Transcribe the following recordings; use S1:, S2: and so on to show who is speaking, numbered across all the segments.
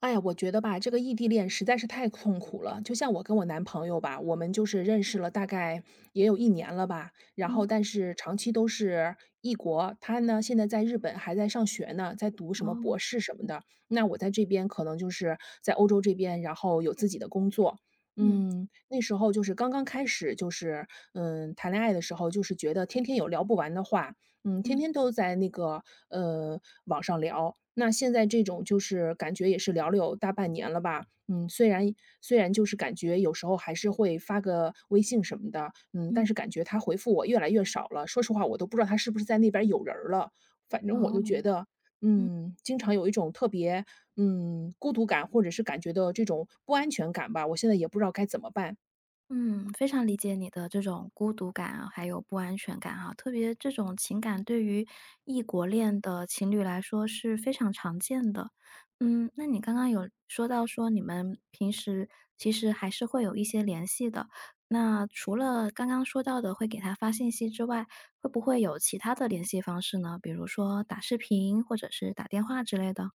S1: 哎呀，我觉得吧，这个异地恋实在是太痛苦了。就像我跟我男朋友吧，我们就是认识了大概也有一年了吧，然后
S2: 嗯，
S1: 但是长期都是异国。他呢现在在日本还在上学呢，在读什么博
S2: 哦，
S1: 士什么的。那我在这边可能就是在欧洲这边，然后有自己的工作。
S2: 嗯
S1: 嗯，那时候就是刚刚开始，就是谈恋爱的时候，就是觉得天天有聊不完的话，嗯，天
S2: 嗯
S1: 天都在那个，呃，网上聊。那现在这种就是感觉也是聊了有大半年了吧，嗯，虽然就是感觉有时候还是会发个微信什么的，嗯，但
S2: 嗯，
S1: 是感觉他回复我越来越少了。说实话，我都不知道他是不是在那边有人儿了。反正我就
S2: 哦，
S1: 觉得，嗯，经常有一种特别，嗯，孤独感，或者是感觉的这种不安全感吧，我现在也不知道该怎么办。
S2: 嗯，非常理解你的这种孤独感啊，还有不安全感哈，特别这种情感对于异国恋的情侣来说是非常常见的。嗯，那你刚刚有说到说你们平时其实还是会有一些联系的，那除了刚刚说到的会给他发信息之外，会不会有其他的联系方式呢？比如说打视频或者是打电话之类的？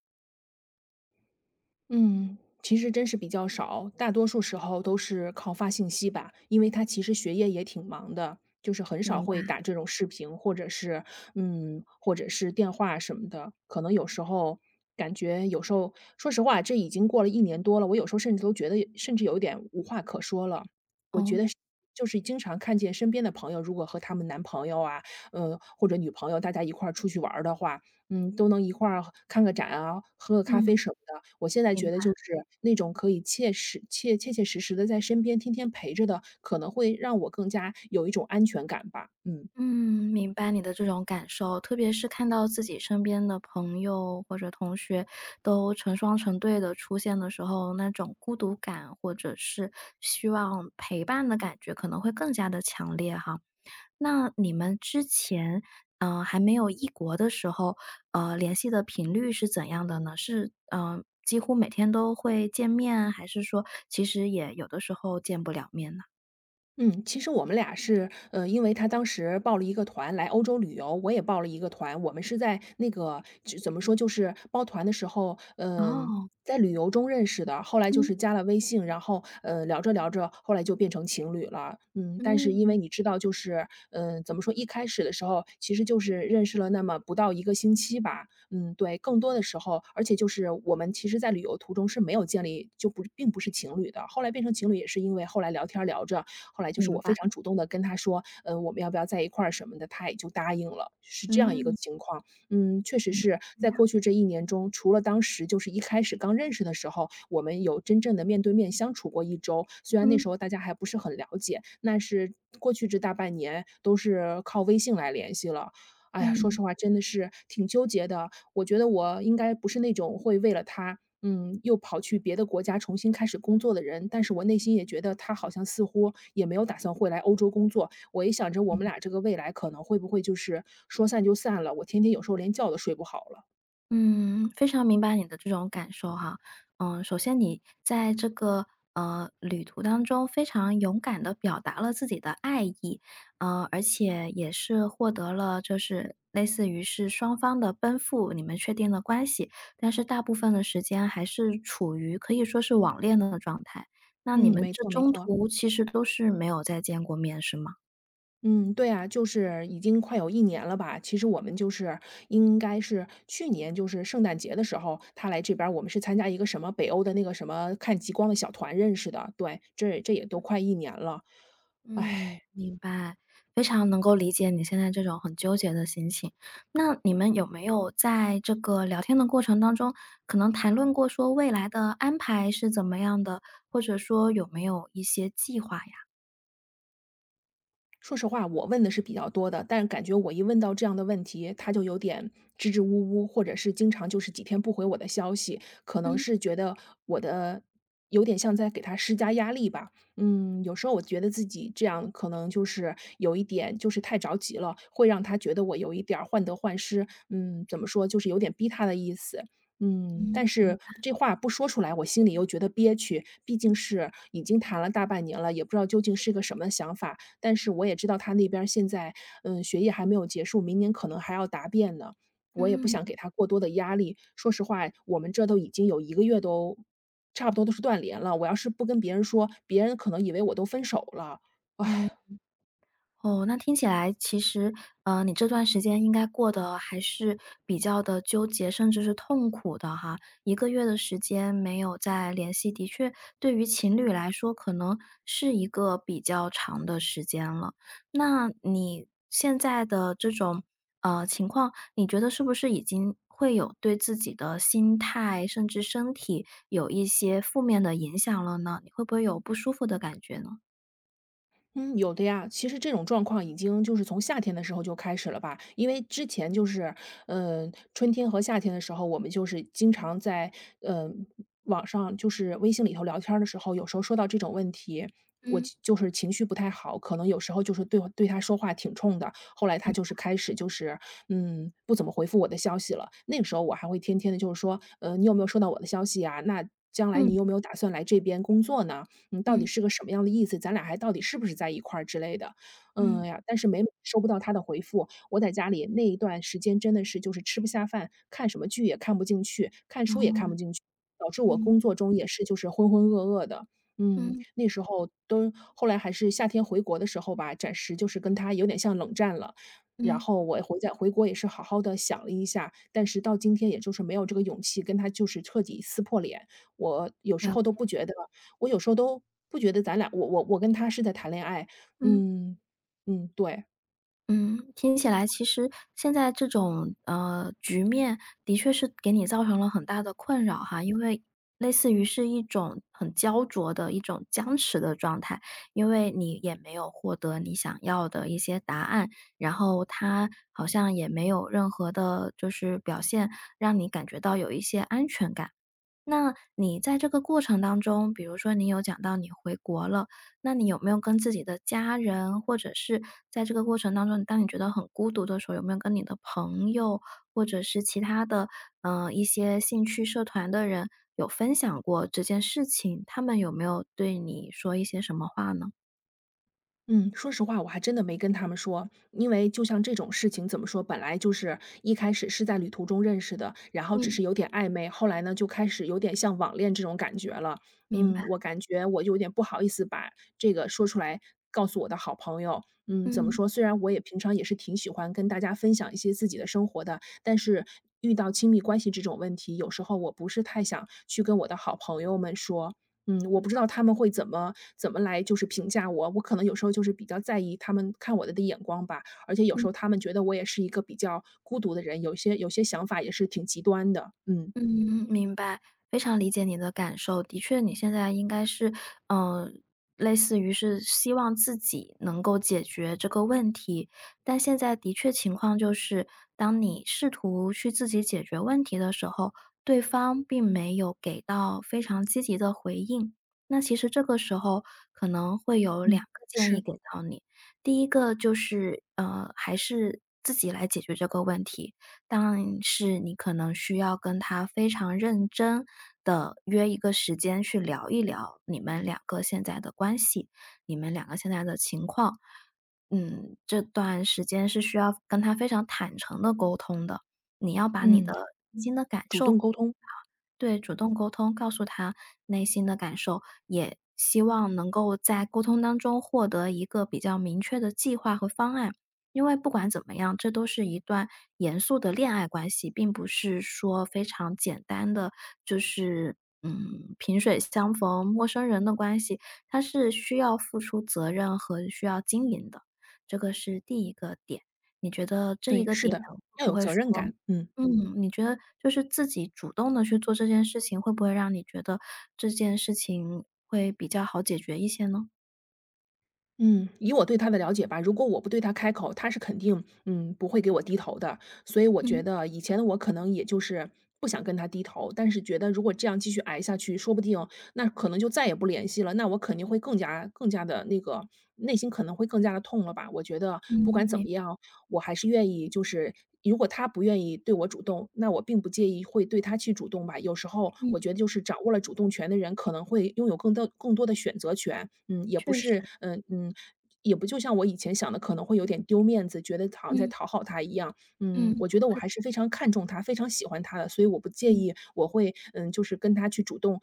S1: 嗯，其实真是比较少，大多数时候都是靠发信息吧，因为他其实学业也挺忙的，就是很少
S2: 明白，
S1: 会打这种视频，或者是电话什么的。可能有时候感觉，有时候说实话，这已经过了一年多了，我有时候甚至都觉得，甚至有一点无话可说了。我觉
S2: 哦，
S1: 得是就是经常看见身边的朋友，如果和他们男朋友啊，或者女朋友，大家一块儿出去玩儿的话，嗯，都能一块儿看个展啊，喝个咖啡
S2: 嗯，
S1: 什么的。我现在
S2: 明
S1: 觉得就
S2: 白。
S1: 是那种可以切切实实的在身边天天陪着的，可能会让我更加有一种安全感吧，嗯。
S2: 嗯，明白你的这种感受，特别是看到自己身边的朋友或者同学都成双成对的出现的时候，那种孤独感或者是希望陪伴的感觉可能会更加的强烈哈。那你们之前，嗯还没有异国的时候，联系的频率是怎样的呢？是，嗯几乎每天都会见面，还是说其实也有的时候见不了面呢？
S1: 嗯，其实我们俩是，因为他当时报了一个团来欧洲旅游，我也报了一个团。我们是在那个就怎么说，就是报团的时候，嗯，
S2: 哦，
S1: 在旅游中认识的，后来就
S2: 嗯
S1: 是加了微信，然后，聊着聊着，后来就变成情侣了。嗯，但是因
S2: 嗯，
S1: 为你知道，就是，怎么说，一开始的时候，其实就是认识了那么不到一个星期吧，嗯，对，更多的时候而且就是我们其实在旅游途中是没有建立就不并不是情侣的，后来变成情侣也是因为后来聊天儿聊着，后来就是
S2: 明
S1: 我非
S2: 白，
S1: 常主动的跟他说，嗯，我们要不要在一块儿什么的，他也就答应了，是这样一个
S2: 嗯。
S1: 情况。嗯，确实
S2: 嗯，
S1: 是
S2: 怎么
S1: 在
S2: 样，
S1: 过去这一年中，除了当时就是一开始刚认识的时候，我们有真正的面对面相处过一周，虽然那
S2: 嗯
S1: 时候大家还不是很了解，那是过去这大半年都是靠微信来联系了。哎呀，说
S2: 嗯
S1: 实话真的是挺纠结的，我觉得我应该不是那种会为了他，嗯，又跑去别的国家重新开始工作的人，但是我内心也觉得他好像似乎也没有打算会来欧洲工作。我一想着我们俩这个未来可能会不会就是说散就散了，我天天有时候连觉都睡不好了。
S2: 嗯，非常明白你的这种感受哈。嗯，首先你在这个旅途当中非常勇敢的表达了自己的爱意，而且也是获得了就是类似于是双方的奔赴，你们确定了关系，但是大部分的时间还是处于可以说是网恋的状态。那你
S1: 嗯，
S2: 们
S1: 没
S2: 这
S1: 错没
S2: 中
S1: 错。
S2: 途其实都是没有再见过面，是吗？
S1: 嗯，对啊，就是已经快有一年了吧。其实我们就是应该是去年就是圣诞节的时候，他来这边儿我们是参加一个什么北欧的那个什么看极光的小团认识的，对，这也都快一年了。唉。
S2: 嗯，明白，非常能够理解你现在这种很纠结的心情。那你们有没有在这个聊天的过程当中，可能谈论过说未来的安排是怎么样的，或者说有没有一些计划呀？
S1: 说实话，我问的是比较多的，但是感觉我一问到这样的问题，他就有点支支吾吾，或者是经常就是几天不回我的消息，可能
S2: 嗯
S1: 是觉得我的有点像在给他施加压力吧。嗯，有时候我觉得自己这样可能就是有一点就是太着急了，会让他觉得我有一点儿患得患失。嗯，怎么说，就是有点逼他的意思。嗯，但
S2: 嗯
S1: 是这话不说出来，我心里又觉得憋屈，毕竟是已经谈了大半年了，也不知道究竟是个什么想法。但是我也知道他那边儿现在，嗯，学业还没有结束，明年可能还要答辩呢，我也不
S2: 嗯
S1: 想
S2: 嗯。
S1: 给他过多的压力。说实话，我们这都已经有一个月都差不多都是断联了，我要是不跟别人说，别人可能以为我都分手了。
S2: 哦，那听起来其实，你这段时间应该过得还是比较的纠结，甚至是痛苦的哈。一个月的时间没有再联系，的确对于情侣来说，可能是一个比较长的时间了。那你现在的这种，情况，你觉得是不是已经会有对自己的心态，甚至身体有一些负面的影响了呢？你会不会有不舒服的感觉呢？
S1: 嗯，有的呀。其实这种状况已经就是从夏天的时候就开始了吧，因为之前就是，嗯，春天和夏天的时候，我们就是经常在，嗯，网上就是微信里头聊天儿的时候，有时候说到这种问题，我
S2: 嗯，
S1: 就就是情绪不太好，可能有时候就是对他说话挺冲的。后来他就
S2: 嗯
S1: 是开始就是，嗯，不怎么回复我的消息了。那个时候我还会天天的就是说，你有没有收到我的消息啊？那将来
S2: 嗯
S1: 你
S2: 嗯。
S1: 有没有打算来这边工作呢？嗯，到底
S2: 嗯
S1: 是个什么样的意思，咱俩还到底是不是在一块儿之类的。
S2: 嗯。
S1: 嗯呀，但是每每收不到他的回复，我在家里那一段时间真的是就是吃不下饭，看什么剧也看不进去，看书也看
S2: 哦，
S1: 不进去，导致我
S2: 嗯，
S1: 工作中也是就是浑浑噩噩的。嗯，
S2: 嗯，
S1: 那时候都后来还是夏天回国的时候吧，暂时就是跟他有点像冷战了。然
S2: 嗯，
S1: 后我回家回国也是好好的想了一下，但是到今天也就是没有这个勇气跟他就是彻底撕破脸。我有时
S2: 了
S1: 候都
S2: 解，
S1: 不觉得我有时候都不觉得咱俩我跟他是在谈恋爱。
S2: 嗯，
S1: 嗯，嗯，对。
S2: 嗯，听起来其实现在这种，局面的确是给你造成了很大的困扰哈，因为类似于是一种很焦灼的一种僵持的状态，因为你也没有获得你想要的一些答案，然后他好像也没有任何的就是表现，让你感觉到有一些安全感。那你在这个过程当中，比如说你有讲到你回国了，那你有没有跟自己的家人，或者是在这个过程当中，当你觉得很孤独的时候，有没有跟你的朋友，或者是其他的，一些兴趣社团的人有分享过这件事情？他们有没有对你说一些什么话呢？
S1: 嗯，说实话，我还真的没跟他们说，因为就像这种事情怎么说，本来就是一开始是在旅途中认识的，然后只
S2: 嗯，
S1: 是有点暧昧，后来呢就开始有点像网恋这种感觉了。
S2: 明白，
S1: 嗯，我感觉我有点不好意思把这个说出来，告诉我的好朋友。嗯，怎
S2: 嗯，
S1: 么
S2: 嗯。
S1: 说？虽然我也平常也是挺喜欢跟大家分享一些自己的生活的，但是遇到亲密关系这种问题，有时候我不是太想去跟我的好朋友们说。嗯，我不知道他们会怎么来就是评价我，我可能有时候就是比较在意他们看我的眼光吧，而且有时候他们觉得我也是一个比较孤独的人，有些想法也是挺极端的，嗯，
S2: 嗯，明白，非常理解你的感受。的确，你现在应该是，嗯，类似于是希望自己能够解决这个问题，但现在的确情况就是，当你试图去自己解决问题的时候，对方并没有给到非常积极的回应。那其实这个时候可能会有两
S1: 嗯，
S2: 个建议
S1: 是，
S2: 给到你，第一个就是，还是自己来解决这个问题。但是你可能需要跟他非常认真的约一个时间去聊一聊你们两个现在的关系，你们两个现在的情况。嗯，这段时间是需要跟他非常坦诚的沟通的，你要把你
S1: 嗯，
S2: 的内心的感
S1: 主
S2: 受
S1: 动沟通，
S2: 对，主动沟通，告诉他内心的感受，也希望能够在沟通当中获得一个比较明确的计划和方案。因为不管怎么样，这都是一段严肃的恋爱关系，并不是说非常简单的，就是萍水相逢、陌生人的关系，它是需要付出责任和需要经营的。这个是第一个点，你觉得这一
S1: 对，
S2: 个
S1: 是
S2: 点
S1: 的，
S2: 会
S1: 要
S2: 不
S1: 有
S2: 会
S1: 责
S2: 说
S1: 任感，嗯。
S2: 嗯，你觉得就是自己主动的去做这件事情，会不会让你觉得这件事情会比较好解决一些呢？
S1: 嗯，以我对他的了解吧，如果我不对他开口，他是肯定，嗯，不会给我低头的。所以我
S2: 嗯，
S1: 觉得以前的我可能也就是不想跟他低头，但是觉得如果这样继续挨下去，说不定那可能就再也不联系了。那我肯定会更加的那个内心可能会更加的痛了吧？我觉得
S2: 嗯，
S1: 不管怎
S2: 明
S1: 么样，我还是愿意就是如果他不愿意对我主动，那我并不介意会对他去主动吧。有时候
S2: 嗯，
S1: 我觉得就是掌握了主动权的人，可能会拥有更多的选择权。嗯，也不
S2: 确实，
S1: 是，嗯嗯，也不就像我以前想的，可能会有点丢面子，觉得好像在
S2: 嗯，
S1: 讨好他一样。嗯，
S2: 嗯，
S1: 我觉
S2: 不
S1: 得我
S2: 会的，
S1: 还是非常看重他，非常喜欢他的，所以我不介
S2: 嗯。
S1: 意，我会嗯，就是跟他去主动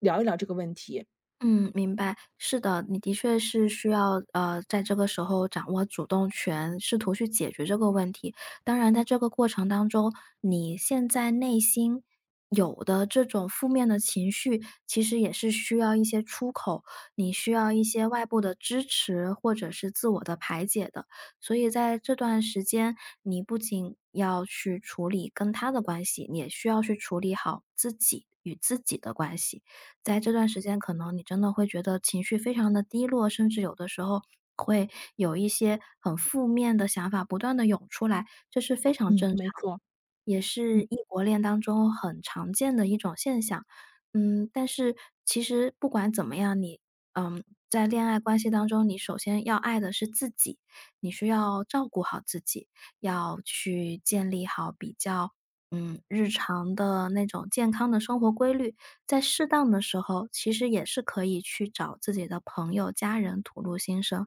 S1: 聊一聊这个问题。
S2: 嗯，明白。是的，你的确是需要在这个时候掌握主动权，试图去解决这个问题。当然，在这个过程当中，你现在内心有的这种负面的情绪，其实也是需要一些出口，你需要一些外部的支持或者是自我的排解的。所以在这段时间，你不仅要去处理跟他的关系，你也需要去处理好自己与自己的关系。在这段时间，可能你真的会觉得情绪非常的低落，甚至有的时候会有一些很负面的想法不断的涌出来，这是非常
S1: 嗯，
S2: 正常，
S1: 没错。
S2: 也是异国恋当中很常见的一种现象。嗯，但是其实不管怎么样，你在恋爱关系当中，你首先要爱的是自己，你需要照顾好自己，要去建立好比较，日常的那种健康的生活规律，在适当的时候，其实也是可以去找自己的朋友、家人吐露心声。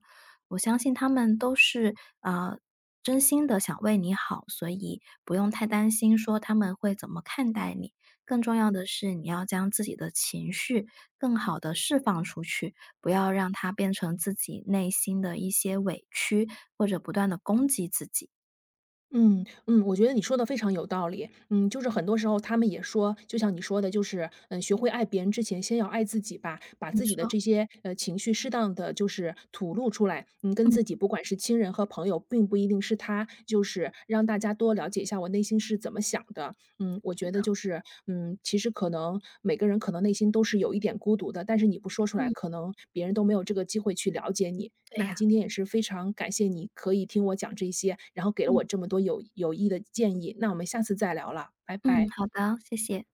S2: 我相信他们都是呃真心的想为你好，所以不用太担心说他们会怎么看待你。更重要的是，你要将自己的情绪更好的释放出去，不要让它变成自己内心的一些委屈，或者不断的攻击自己。
S1: 嗯嗯，我觉得你说的非常有道理。嗯，就是很多时候他们也说，就像你说的，就是嗯，学会爱别人之前，先要爱自己吧，把
S2: 你
S1: 自己的
S2: 说，
S1: 这些情绪适当的就是吐露出来。嗯，跟
S2: 嗯，
S1: 自己不管是亲人和朋友，并不一定是他，就是让大家多了解一下我内心是怎么想的。嗯，我
S2: 是
S1: 觉得
S2: 的，
S1: 就是，嗯，其实可能每个人可能内心都是有一点孤独的，但是你不说出来，
S2: 嗯，
S1: 可能别人都没有这个机会去了解你。
S2: 对
S1: 那
S2: 呀、
S1: 今天也是非常感谢你可以听我讲这些，然后给了
S2: 嗯
S1: 我这么多有益的建议。那我们下次再聊了，拜
S2: 嗯，
S1: 拜。
S2: 好的，谢谢。